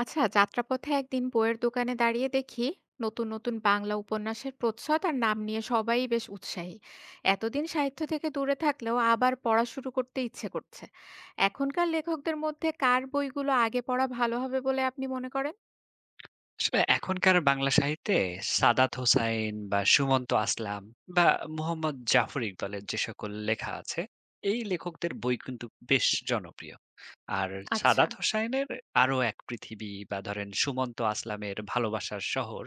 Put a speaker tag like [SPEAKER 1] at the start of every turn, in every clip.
[SPEAKER 1] আচ্ছা, যাত্রাপথে একদিন বইয়ের দোকানে দাঁড়িয়ে দেখি নতুন নতুন বাংলা উপন্যাসের প্রচ্ছদ আর নাম নিয়ে সবাই বেশ উৎসাহী। এতদিন সাহিত্য থেকে দূরে থাকলেও আবার পড়া শুরু করতে ইচ্ছে করছে। এখনকার লেখকদের মধ্যে কার বইগুলো আগে পড়া ভালো হবে বলে আপনি মনে করেন?
[SPEAKER 2] আসলে এখনকার বাংলা সাহিত্যে সাদাত হোসাইন বা সুমন্ত আসলাম বা মোহাম্মদ জাফর ইকবালের যে সকল লেখা আছে এই লেখকদের বই কিন্তু বেশ জনপ্রিয় আর
[SPEAKER 1] আচ্ছা।
[SPEAKER 2] সাদাত হোসাইনের আরো এক পৃথিবী বা ধরেন সুমন্ত আসলামের ভালোবাসার শহর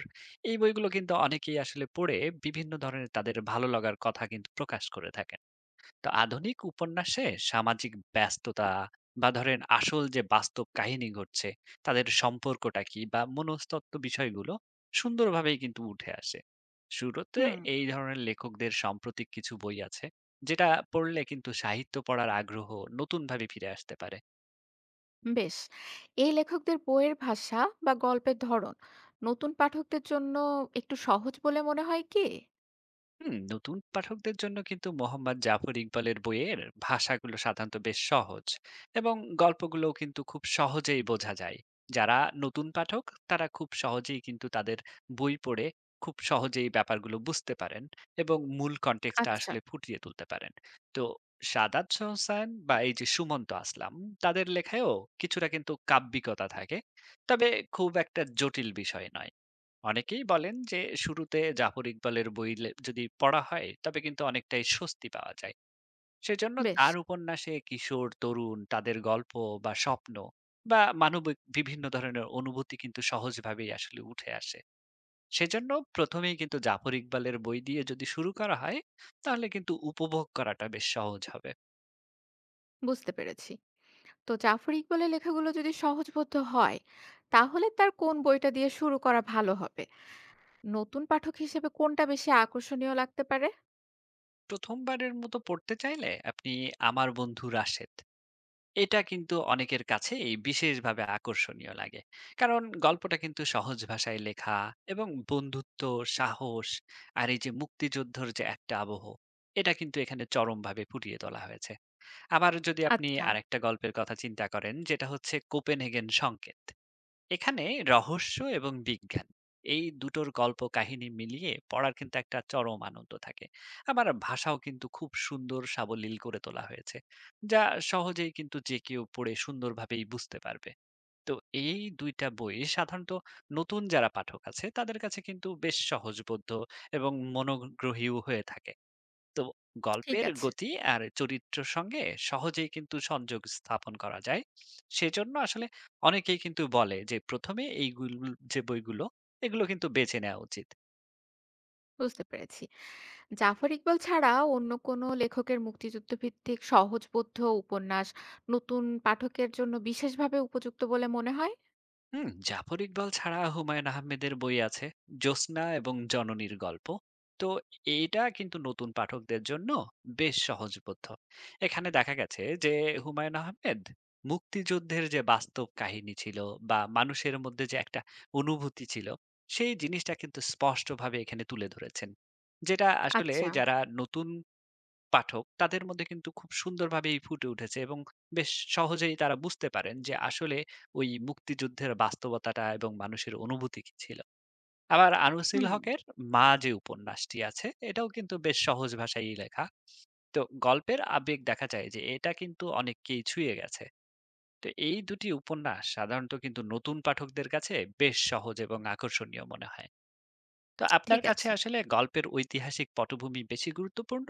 [SPEAKER 2] এই বইগুলো কিন্তু অনেকেই আসলে পড়ে বিভিন্ন ধরনের তাদের ভালো লাগার কথা কিন্তু প্রকাশ করে থাকে। তো আধুনিক উপন্যাসে সামাজিক ব্যস্ততা বা ধরেন আসল যে বাস্তব কাহিনী ঘটছে তাদের সম্পর্কটা কি বা মনস্তত্ত্ব বিষয়গুলো সুন্দরভাবেই কিন্তু উঠে আসে। শুরুতে
[SPEAKER 1] হুম।
[SPEAKER 2] এই ধরনের লেখকদের সাম্প্রতিক কিছু বই আছে যেটা পড়লে কিন্তু সাহিত্য পড়ার আগ্রহ নতুনভাবে ফিরে আসতে পারে।
[SPEAKER 1] বেশ। এই লেখকদের বইয়ের ভাষা বা গল্পের ধরন নতুন পাঠকদের জন্য একটু সহজ বলে মনে হয় কি?
[SPEAKER 2] হুম, নতুন পাঠকদের জন্য কিন্তু মোহাম্মদ জাফর ইকবালের বইয়ের ভাষাগুলো সাধারণত বেশ সহজ এবং গল্পগুলোও কিন্তু খুব সহজেই বোঝা যায়। যারা নতুন পাঠক তারা খুব সহজেই কিন্তু তাদের বই পড়ে খুব সহজেই ব্যাপারগুলো বুঝতে পারেন এবং মূল কনটেক্সটটা
[SPEAKER 1] আচ্ছা।
[SPEAKER 2] আসলে ফুটিয়ে তুলতে পারেন। তো সাদাত হোসাইন বা এই যে সুমন্ত আসলাম তাদের লেখায়ও কিছুটা কিন্তু কাব্যিকতা থাকে তবে খুব একটা জটিল বিষয় নয়। অনেকেই বলেন যে শুরুতে জাফর ইকবালের বই যদি পড়া হয় তবে কিন্তু অনেকটাই স্বস্তি পাওয়া যায়। সেজন্য
[SPEAKER 1] বেশ।
[SPEAKER 2] তার উপন্যাসে কিশোর তরুণ তাদের গল্প বা স্বপ্ন বা মানবিক বিভিন্ন ধরনের অনুভূতি কিন্তু সহজভাবেই আসলে উঠে আসে। সেজন্য প্রথমেই কিন্তু জাফর ইকবালের বই দিয়ে যদি শুরু করা হয় তাহলে কিন্তু উপভোগ করাটা বেশ সহজ হবে।
[SPEAKER 1] বুঝতে পেরেছি। তো জাফর ইকবালের লেখাগুলো যদি সহজবোধ্য হয়, তাহলে তার কোন বইটা দিয়ে শুরু করা ভালো হবে? নতুন পাঠক হিসেবে কোনটা বেশি আকর্ষণীয় লাগতে পারে?
[SPEAKER 2] প্রথমবারের মতো পড়তে চাইলে আপনি আমার বন্ধু রাশেদ, এটা কিন্তু অনেকের কাছে এই বিশেষভাবে আকর্ষণীয় লাগে। কারণ গল্পটা কিন্তু সহজ ভাষায় লেখা এবং বন্ধুত্ব, সাহস আর এই যে মুক্তিযুদ্ধর যে একটা আবহ, এটা কিন্তু এখানে চরমভাবে ফুটিয়ে তোলা হয়েছে। আবার যদি আপনি
[SPEAKER 1] আচ্ছা।
[SPEAKER 2] আরেকটা গল্পের কথা চিন্তা করেন যেটা হচ্ছে কোপেনহেগেন সংকেত। এখানে রহস্য এবং বিজ্ঞান এই দুটোর গল্প কাহিনী মিলিয়ে পড়ার কিন্তু একটা চরম আনন্দ থাকে। আবার ভাষাও কিন্তু খুব সুন্দর সাবলীল করে তোলা হয়েছে, যা সহজেই কিন্তু যে কেউ পড়ে সুন্দরভাবেই বুঝতে পারবে। তো এই দুইটা বই সাধারণত নতুন যারা পাঠক আছে তাদের কাছে কিন্তু বেশ সহজবোধ্য এবং মনোগ্রহীও হয়ে থাকে। তো
[SPEAKER 1] ঠিক
[SPEAKER 2] গল্পের
[SPEAKER 1] আছে।
[SPEAKER 2] গতি আর চরিত্রের সঙ্গে সহজেই কিন্তু সংযোগ স্থাপন করা যায়। সেজন্য আসলে অনেকেই কিন্তু বলে যে প্রথমে এইগুলো, যে বইগুলো, এগুলো কিন্তু বেছে নেওয়া উচিত।
[SPEAKER 1] বুঝতে পেরেছি। জাফর ইকবাল ছাড়া অন্য কোনো লেখকের মুক্তিযুদ্ধ ভিত্তিক সহজবোধ্য উপন্যাস নতুন পাঠকের জন্য বিশেষভাবে উপযুক্ত বলে মনে হয়?
[SPEAKER 2] হুম, জাফর ইকবাল ছাড়া হুমায়ুন আহমেদের বই আছে, জ্যোৎস্না এবং জননীর গল্প। তো এটা কিন্তু নতুন পাঠকদের জন্য বেশ সহজবোধ্য। এখানে দেখা গেছে যে হুমায়ুন আহমেদ মুক্তিযুদ্ধের যে বাস্তব কাহিনী ছিল বা মানুষের মধ্যে যে একটা অনুভূতি ছিল, সেই জিনিসটা কিন্তু স্পষ্টভাবে এখানে তুলে ধরেছেন। যেটা আসলে
[SPEAKER 1] আচ্ছা।
[SPEAKER 2] যারা নতুন পাঠক তাদের মধ্যে কিন্তু খুব সুন্দরভাবেই ফুটে উঠেছে এবং বেশ সহজেই তারা বুঝতে পারেন যে আসলে ওই মুক্তিযুদ্ধের বাস্তবতাটা এবং মানুষের অনুভূতি কি ছিল। আবার আনিসুল
[SPEAKER 1] হুম।
[SPEAKER 2] হকের 'মা' যে উপন্যাসটি আছে এটাও কিন্তু বেশ সহজ ভাষায়ই লেখা। তো গল্পের আবেগ দেখা যায় যে এটা কিন্তু অনেককেই ছুঁয়ে গেছে। তো এই ২ টি উপন্যাস সাধারণত কিন্তু নতুন পাঠকদের কাছে বেশ সহজ এবং আকর্ষণীয় মনে হয়। তো আপনার
[SPEAKER 1] ঠিক
[SPEAKER 2] কাছে
[SPEAKER 1] আছে।
[SPEAKER 2] আসলে গল্পের ঐতিহাসিক পটভূমি বেশি গুরুত্বপূর্ণ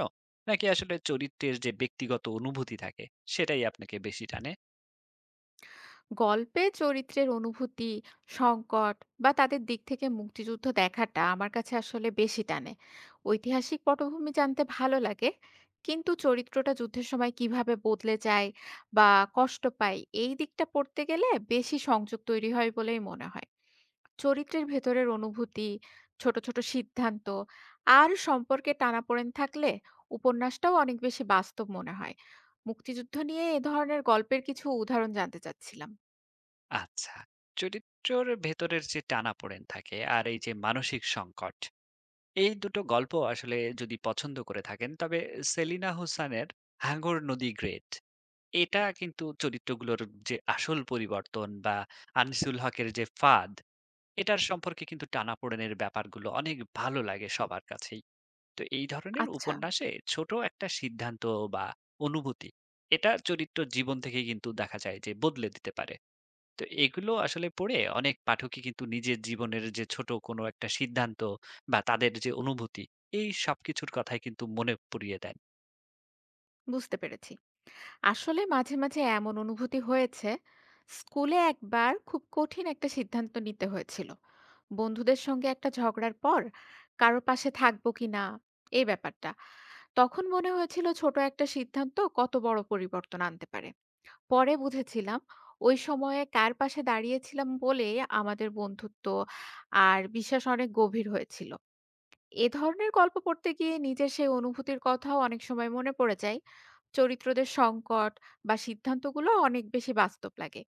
[SPEAKER 2] নাকি আসলে চরিত্রের যে ব্যক্তিগত অনুভূতি থাকে সেটাই আপনাকে বেশি টানে?
[SPEAKER 1] গল্পে চরিত্রের অনুভূতি, সংকট বা তাদের দিক থেকে মুক্তিযুদ্ধ দেখাটা আমার কাছে আসলে বেশি টানে। ঐতিহাসিক পটভূমি জানতে ভালো লাগে, কিন্তু চরিত্রটা যুদ্ধের সময় কিভাবে বদলে যায় বা কষ্ট পায় এই দিকটা পড়তে গেলে বেশি সংযোগ তৈরি হয় বলেই মনে হয়। চরিত্রের ভেতরের অনুভূতি, ছোট ছোট সিদ্ধান্ত আর সম্পর্কে টানাপোড়েন থাকলে উপন্যাসটাও অনেক বেশি বাস্তব মনে হয়। মুক্তিযুদ্ধ নিয়ে এ ধরনের গল্পের কিছু উদাহরণ জানতে চাচ্ছিলাম।
[SPEAKER 2] আচ্ছা, চরিত্রের ভেতরের যে টানাপোড়েন থাকে আর এই যে মানসিক সংকট এই দুটো গল্প আসলে যদি পছন্দ করে থাকেন তবে সেলিনা হোসানের হাঙ্গর নদী গ্রেট, এটা কিন্তু চরিত্রগুলোর যে আসল পরিবর্তন বা আনিসুল হকের যে ফাদ, এটার সম্পর্কে কিন্তু টানাপোড়েনের ব্যাপারগুলো অনেক ভালো লাগে সবার কাছে। তো এই ধরনের
[SPEAKER 1] আচ্ছা,
[SPEAKER 2] উপন্যাসে ছোট একটা সিদ্ধান্ত বা অনুভূতি এটা চরিত্র জীবন থেকে কিন্তু দেখা যায় যে বদলে দিতে পারে। তো এগুলো আসলে পড়ে অনেক পাঠকই কিন্তু নিজের জীবনের যে ছোট কোনো একটা সিদ্ধান্ত বা তাদের যে অনুভূতি এই সবকিছুর কথাই কিন্তু মনে পুড়িয়ে দেন।
[SPEAKER 1] বুঝতে পেরেছি। আসলে মাঝে, মাঝে এমন অনুভূতি হয়েছে। স্কুলে একবার খুব কঠিন একটা সিদ্ধান্ত নিতে হয়েছিল। বন্ধুদের সঙ্গে একটা ঝগড়ার পর কারো পাশে থাকবো কিনা এই ব্যাপারটা। তখন মনে হয়েছিল ছোট একটা সিদ্ধান্ত কত বড় পরিবর্তন আনতে পারে। পরে বুঝেছিলাম ওই সময়ে কার পাশে দাঁড়িয়েছিলাম বলেই আমাদের বন্ধুত্ব আর বিশ্বাস অনেক গভীর হয়েছিল। এ ধরনের গল্প পড়তে গিয়ে নিজের সেই অনুভূতির কথাও অনেক সময় মনে পড়ে যায়। চরিত্রদের সংকট বা সিদ্ধান্তগুলো অনেক বেশি বাস্তব লাগে।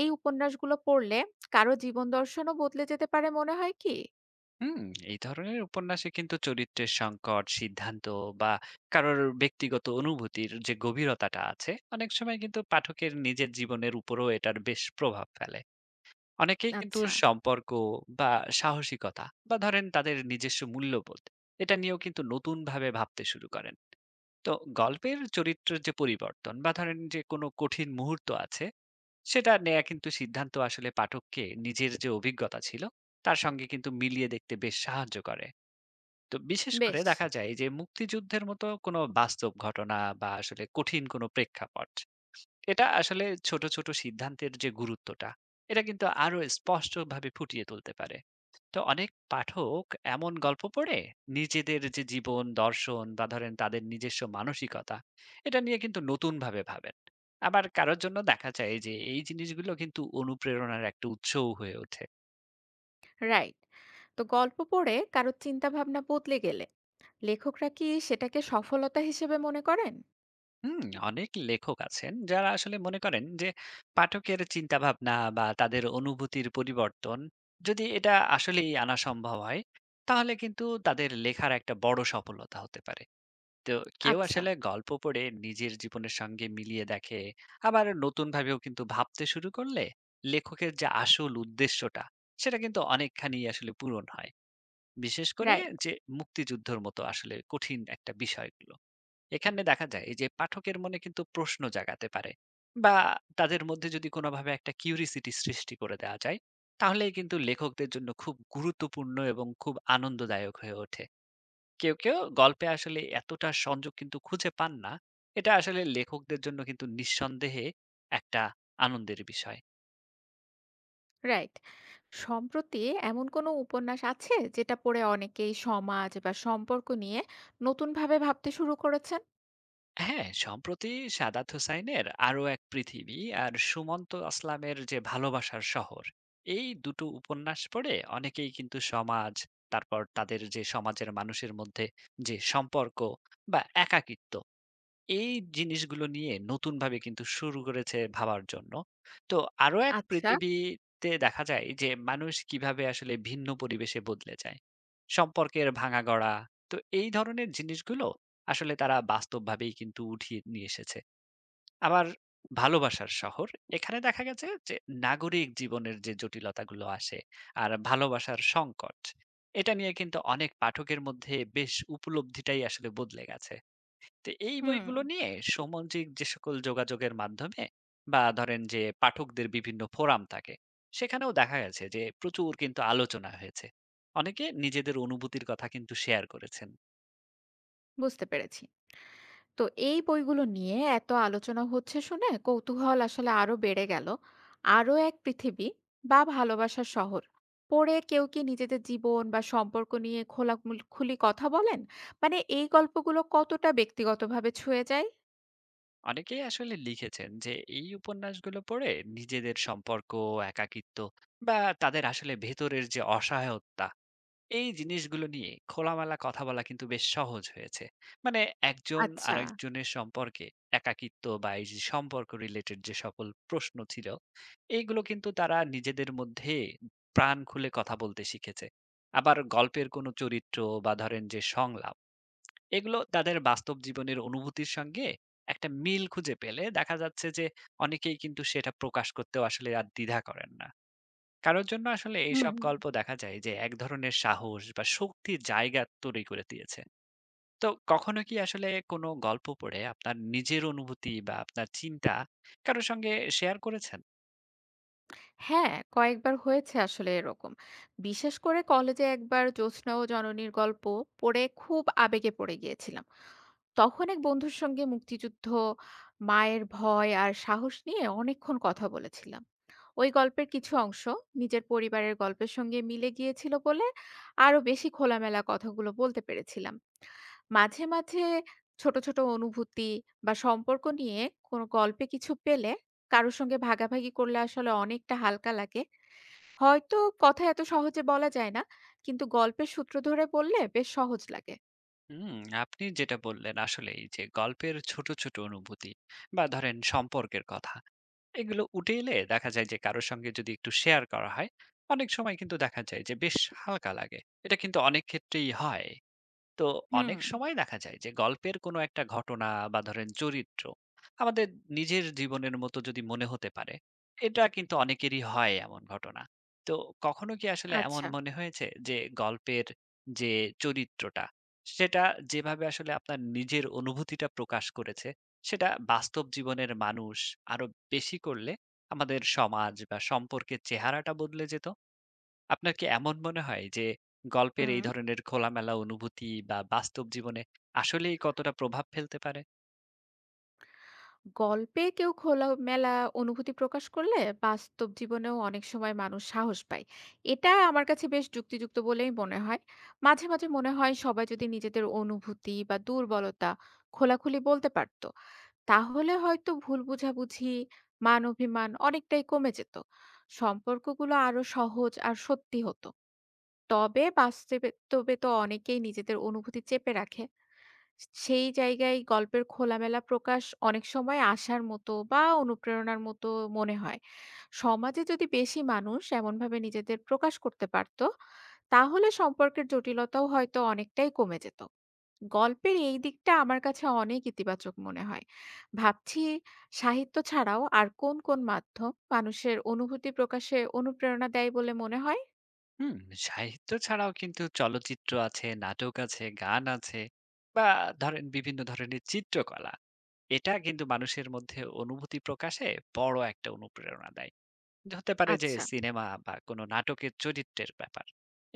[SPEAKER 1] এই উপন্যাসগুলো পড়লে কারো জীবন দর্শনও বদলে যেতে পারে মনে হয় কি?
[SPEAKER 2] হুম, এই ধরনের উপন্যাসে কিন্তু চরিত্রের সংকট, সিদ্ধান্ত বা কারোর ব্যক্তিগত অনুভূতির যে গভীরতাটা আছে অনেক সময় কিন্তু পাঠকের নিজের জীবনের উপরও এটার বেশ প্রভাব ফেলে। অনেকেই কিন্তু
[SPEAKER 1] আচ্ছা।
[SPEAKER 2] সম্পর্ক বা সাহসিকতা বা ধরেন তাদের নিজস্ব মূল্যবোধ এটা নিয়েও কিন্তু নতুন ভাবে ভাবতে শুরু করেন। তো গল্পের চরিত্রের যে পরিবর্তন বা ধরেন যে কোনো কঠিন মুহূর্ত আছে সেটা নেয়া কিন্তু সিদ্ধান্ত আসলে পাঠককে নিজের যে অভিজ্ঞতা ছিল তার সঙ্গে কিন্তু মিলিয়ে দেখতে বেশ সাহায্য করে। তো বিশেষ করে
[SPEAKER 1] বেশ।
[SPEAKER 2] দেখা যায় যে মুক্তিযুদ্ধের মতো কোনো বাস্তব ঘটনা বা আসলে কঠিন কোনো প্রেক্ষাপট, এটা আসলে ছোট, ছোট সিদ্ধান্তের যে গুরুত্বটা, এটা কিন্তু আরো স্পষ্টভাবে ফুটিয়ে তুলতে পারে। তো অনেক পাঠক এমন গল্প পড়ে নিজেদের যে জীবন, দর্শন বা ধরেন তাদের নিজস্ব মানসিকতা, এটা নিয়ে কিন্তু নতুনভাবে ভাবেন। আবার কারোর জন্য দেখা যায় যে এই জিনিসগুলো কিন্তু অনুপ্রেরণার একটা উৎসও হয়ে ওঠে।
[SPEAKER 1] রাইট। তো গল্প পড়ে কারো চিন্তাভাবনা বদলে গেলে লেখকরা কি সেটাকে সফলতা হিসেবে মনে করেন?
[SPEAKER 2] হুম, অনেক লেখক আছেন যারা আসলে মনে করেন যে পাঠকের চিন্তা ভাবনা বা তাদের অনুভূতির পরিবর্তন যদি এটা আসলেই আনা সম্ভব হয় তাহলে কিন্তু তাদের লেখার একটা বড় সফলতা হতে পারে। তো কেউ
[SPEAKER 1] আচ্ছা।
[SPEAKER 2] আসলে গল্প পড়ে নিজের জীবনের সঙ্গে মিলিয়ে দেখে আবার নতুন ভাবেও কিন্তু ভাবতে শুরু করলে লেখকের যে আসল উদ্দেশ্যটা সেটা কিন্তু অনেকখানি আসলে পূরণ হয়। বিশেষ করে
[SPEAKER 1] রাইট,
[SPEAKER 2] যে মুক্তিযুদ্ধের মতো আসলে কঠিন একটা বিষয়গুলো এখানে দেখা যায় এই যে পাঠকের মনে কিন্তু প্রশ্ন জাগাতে পারে বা তাদের মধ্যে যদি কোনোভাবে একটা কিউরিসিটি সৃষ্টি করে দেওয়া যায় তাহলেই কিন্তু লেখকদের জন্য খুব গুরুত্বপূর্ণ এবং খুব আনন্দদায়ক হয়ে ওঠে। কেউ কেউ গল্পে আসলে এতটা সংযোগ কিন্তু খুঁজে পান না, এটা আসলে লেখকদের জন্য কিন্তু নিঃসন্দেহে একটা আনন্দের বিষয়।
[SPEAKER 1] রাইট। সম্প্রতি এমন কোনো উপন্যাস আছে যেটা পড়ে অনেকেই সমাজ বা সম্পর্ক নিয়ে নতুনভাবে ভাবতে শুরু করেছেন?
[SPEAKER 2] হ্যাঁ, সম্প্রতি সাদাত হোসাইনের "আরো এক পৃথিবী" আর সুমন্ত আসলামের যে "ভালোবাসার শহর", এই দুটো উপন্যাস পড়ে অনেকেই কিন্তু সমাজ, তারপর তাদের যে সমাজের মানুষের মধ্যে যে সম্পর্ক বা একাকিত্ব এই জিনিসগুলো নিয়ে নতুনভাবে কিন্তু শুরু করেছে ভাবার জন্য। তো আরো এক
[SPEAKER 1] আচ্ছা।
[SPEAKER 2] পৃথিবীতে দেখা যায় যে মানুষ কিভাবে আসলে ভিন্ন পরিবেশে বদলে যায়। সম্পর্কের ভাঙাগড়া। তো এই ধরনের জিনিসগুলো আসলে তারা বাস্তবভাবেই কিন্তু উঠিয়ে নিয়ে এসেছে। আবার ভালোবাসার শহর, এখানে দেখা গেছে যে নাগরিক জীবনের যে জটিলতাগুলো আসে আর ভালোবাসার সংকট, এটা নিয়ে কিন্তু অনেক পাঠকের মধ্যে বেশ উপলব্ধিটাই আসলে বদলে গেছে। তো এই
[SPEAKER 1] হুম।
[SPEAKER 2] বইগুলো নিয়ে সামাজিক যে সকল যোগাযোগের মাধ্যমে বা ধরেন যে পাঠকদের বিভিন্ন ফোরাম থাকে সেখানেও দেখা গেছে যে প্রচুর কিন্তু আলোচনা হয়েছে, অনেকে নিজেদের অনুভূতির কথা কিন্তু শেয়ার করেছেন।
[SPEAKER 1] বুঝতে পেরেছি। তো এই বইগুলো নিয়ে এত আলোচনা হচ্ছে শুনে কৌতূহল আসলে আরো বেড়ে গেল। আরো এক পৃথিবী বা ভালোবাসার শহর পড়ে কেউ কি নিজেদের জীবন বা সম্পর্ক নিয়ে খুলি কথা বলেন? মানে এই গল্পগুলো কতটা ব্যক্তিগতভাবে ছুঁয়ে যায়?
[SPEAKER 2] অনেকেই আসলে লিখেছেন যে এই উপন্যাসগুলো পড়ে নিজেদের সম্পর্ক, একাকিত্ব বা তাদের আসলে ভেতরের যে অসহায়তা এই জিনিসগুলো নিয়ে খোলামেলা কথা বলা কিন্তু বেশ সহজ হয়েছে। মানে একজন
[SPEAKER 1] আচ্ছা।
[SPEAKER 2] আরেকজনের সম্পর্কে একাকিত্ব বা এই যে সম্পর্ক রিলেটেড যে সকল প্রশ্ন ছিল, এইগুলো কিন্তু তারা নিজেদের মধ্যে প্রাণ খুলে কথা বলতে শিখেছে। আবার গল্পের কোনো চরিত্র বা ধরেন যে সংলাপ, এগুলো তাদের বাস্তব জীবনের অনুভূতির সঙ্গে একটা মিল খুঁজে পেলে দেখা যাচ্ছে যে অনেকেই কিন্তু সেটা প্রকাশ করতেও আসলে আর দ্বিধা করেন না। কারোর জন্য আসলে এইসব
[SPEAKER 1] হুম।
[SPEAKER 2] গল্প দেখা যায় যে এক ধরনের সাহস বা শক্তির জায়গা তৈরি করে দিয়েছে। তো কখনো কি আসলে কোনো গল্প পড়ে আপনার নিজের অনুভূতি বা আপনার চিন্তা কারোর সঙ্গে শেয়ার করেছেন?
[SPEAKER 1] হ্যাঁ, কয়েকবার হয়েছে আসলে এরকম। বিশেষ করে কলেজে একবার জ্যোৎস্না ও জননীর গল্প পড়ে খুব আবেগে পড়ে গিয়েছিলাম। তখন এক বন্ধুর সঙ্গে মুক্তিযুদ্ধ, মায়ের ভয় আর সাহস নিয়ে অনেকক্ষণ কথা বলেছিলাম। ওই গল্পের কিছু অংশ নিজের পরিবারের গল্পের সঙ্গে মিলে গিয়েছিল বলে আরো বেশি খোলামেলা কথাগুলো বলতে পেরেছিলাম। মাঝে, মাঝে ছোট, ছোট অনুভূতি বা সম্পর্ক নিয়ে কোনো গল্পে কিছু পেলে কারো সঙ্গে ভাগাভাগি করলে আসলে অনেকটা হালকা লাগে। হয়তো কথা এত সহজে বলা যায় না, কিন্তু গল্পের সূত্র ধরে বললে বেশ সহজ লাগে।
[SPEAKER 2] হুম, আপনি যেটা বললেন আসলেই যে গল্পের ছোট, ছোট অনুভূতি বা ধরেন সম্পর্কের কথা। এগুলো উঠে এলে দেখা যায় যে কারোর সঙ্গে যদি একটু শেয়ার করা হয়, অনেক সময় কিন্তু দেখা যায় যে বেশ হালকা লাগে। এটা কিন্তু অনেক ক্ষেত্রেই হয়। তো
[SPEAKER 1] হুম।
[SPEAKER 2] অনেক সময় দেখা যায় যে গল্পের কোনো একটা ঘটনা বা ধরেন চরিত্র আমাদের নিজের জীবনের মতো যদি মনে হতে পারে এটা কিন্তু অনেকেরই হয় এমন ঘটনা। তো কখনো কি আসলে এমন
[SPEAKER 1] আচ্ছা।
[SPEAKER 2] মনে হয়েছে যে গল্পের যে চরিত্রটা সেটা যেভাবে আসলে আপনার নিজের অনুভূতিটা প্রকাশ করেছে সেটা বাস্তব জীবনের মানুষ আরো বেশি করলে আমাদের সমাজ বা সম্পর্কের চেহারাটা বদলে যেত? আপনার কি এমন মনে হয় যে গল্পের
[SPEAKER 1] হুম।
[SPEAKER 2] এই ধরনের খোলামেলা অনুভূতি বা বাস্তব জীবনে আসলেই কতটা প্রভাব ফেলতে পারে?
[SPEAKER 1] গল্পে কেউ খোলামেলা অনুভূতি প্রকাশ করলে বাস্তব জীবনেও অনেক সময় মানুষ সাহস পায়। এটা আমার কাছে বেশ যুক্তিযুক্ত বলেই মনে হয়। মাঝে মাঝে মনে হয়, সবাই যদি নিজেদের অনুভূতি বা দুর্বলতা খোলাখুলি বলতে পারতো, তাহলে হয়তো ভুল বোঝাবুঝি, মান অভিমান অনেকটাই কমে যেত। সম্পর্কগুলো আরো সহজ আর সত্যি হতো। তবে বাস্তবে তো অনেকেই নিজেদের অনুভূতি চেপে রাখে। সেই জায়গায় গল্পের খোলামেলা প্রকাশ অনেক সময় আশার মতো বা অনুপ্রেরণার মতো মনে হয়। সমাজে যদি বেশি মানুষ এমনভাবে নিজেদের প্রকাশ করতে পারত, তাহলে সম্পর্কের জটিলতাও হয়তো অনেকটাই কমে যেত। গল্পের এই দিকটা আমার কাছে অনেক ইতিবাচক মনে হয়। ভাবছি, সাহিত্য ছাড়াও আর কোন, কোন মাধ্যম মানুষের অনুভূতি প্রকাশে অনুপ্রেরণা দেয় বলে মনে হয়?
[SPEAKER 2] হুম, সাহিত্য ছাড়াও কিন্তু চলচ্চিত্র আছে, নাটক আছে, গান আছে বা ধরেন বিভিন্ন ধরনের চিত্রকলা। এটা কিন্তু মানুষের মধ্যে অনুভূতি প্রকাশে বড় একটা অনুপ্রেরণা দেয়। হতে পারে যে
[SPEAKER 1] আচ্ছা।
[SPEAKER 2] সিনেমা বা কোনো নাটকের চরিত্রের ব্যাপার।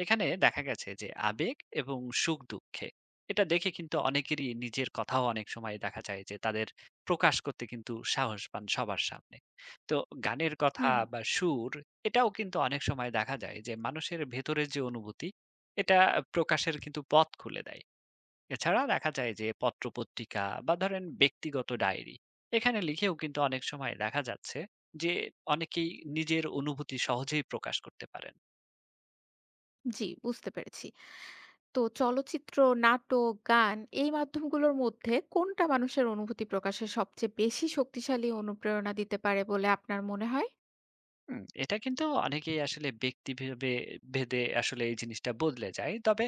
[SPEAKER 2] এখানে দেখা গেছে যে আবেগ এবং সুখ-দুঃখে এটা দেখে কিন্তু অনেকেরই নিজের কথাও অনেক সময় দেখা যায় যে তাদের প্রকাশ করতে কিন্তু সাহস পান সবার সামনে। তো গানের কথা
[SPEAKER 1] হুম।
[SPEAKER 2] বা সুর এটাও কিন্তু অনেক সময় দেখা যায় যে মানুষের ভেতরের যে অনুভূতি এটা প্রকাশের কিন্তু পথ খুলে দেয়। এছাড়া দেখা যায় যে পত্রপত্রিকা বা ধরেন ব্যক্তিগত ডায়েরি এখানে লিখেও কিন্তু অনেক সময় দেখা যাচ্ছে যে অনেকেই নিজের অনুভূতি সহজেই প্রকাশ করতে পারেন।
[SPEAKER 1] জি, বুঝতে পেরেছি। তো চলচ্চিত্র, নাটক, গান এই মাধ্যমগুলোর মধ্যে কোনটা মানুষের অনুভূতি প্রকাশে সবচেয়ে বেশি শক্তিশালী অনুপ্রেরণা দিতে পারে বলে আপনার মনে হয়?
[SPEAKER 2] হুম, এটা কিন্তু অনেকেই আসলে ব্যক্তিভেদে আসলে এই জিনিসটা বদলে যায়, তবে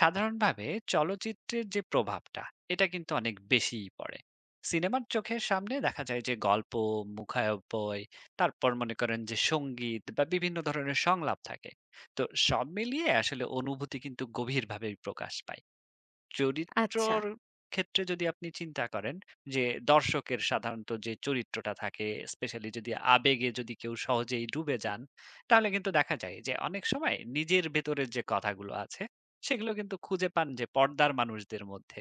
[SPEAKER 2] সাধারণভাবে চলচ্চিত্রের যে প্রভাবটা এটা কিন্তু অনেক বেশিই পড়ে। সিনেমার চোখের সামনে দেখা যায় যে গল্প, মুখায়ব্যয়, তারপর মনে করেন যে সঙ্গীত বা বিভিন্ন ধরনের সংলাপ থাকে। তো সব মিলিয়ে আসলে অনুভূতি কিন্তু গভীরভাবে প্রকাশ পায়।
[SPEAKER 1] আচ্ছা।
[SPEAKER 2] চরিত্রর ক্ষেত্রে যদি আপনি চিন্তা করেন যে দর্শকের সাধারণত যে চরিত্রটা থাকে, স্পেশালি যদি আবেগে যদি কেউ সহজেই ডুবে যান তাহলে কিন্তু দেখা যায় যে অনেক সময় নিজের ভেতরের যে কথাগুলো আছে সেগুলো কিন্তু খুঁজে পান যে পর্দার মানুষদের মধ্যে।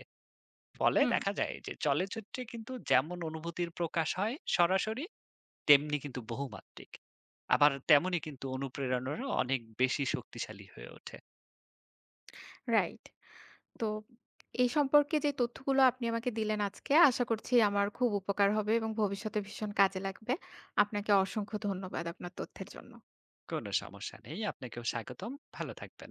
[SPEAKER 2] ফলে
[SPEAKER 1] হুম।
[SPEAKER 2] দেখা যায় যে চলচ্চিত্রে কিন্তু যেমন অনুভূতির প্রকাশ হয় সরাসরি তেমনি কিন্তু বহুমাত্রিক, আবার তেমনি কিন্তু অনুপ্রেরণারও অনেক বেশি শক্তিশালী হয়ে ওঠে।
[SPEAKER 1] রাইট। তো এই সম্পর্কে যে তথ্যগুলো আপনি আমাকে দিলেন আজকে, আশা করছি আমার খুব উপকার হবে এবং ভবিষ্যতে ভীষণ কাজে লাগবে। আপনাকে অসংখ্য ধন্যবাদ আপনার তথ্যের জন্য।
[SPEAKER 2] কোনো সমস্যা নেই, আপনাকেও স্বাগতম, ভালো থাকবেন।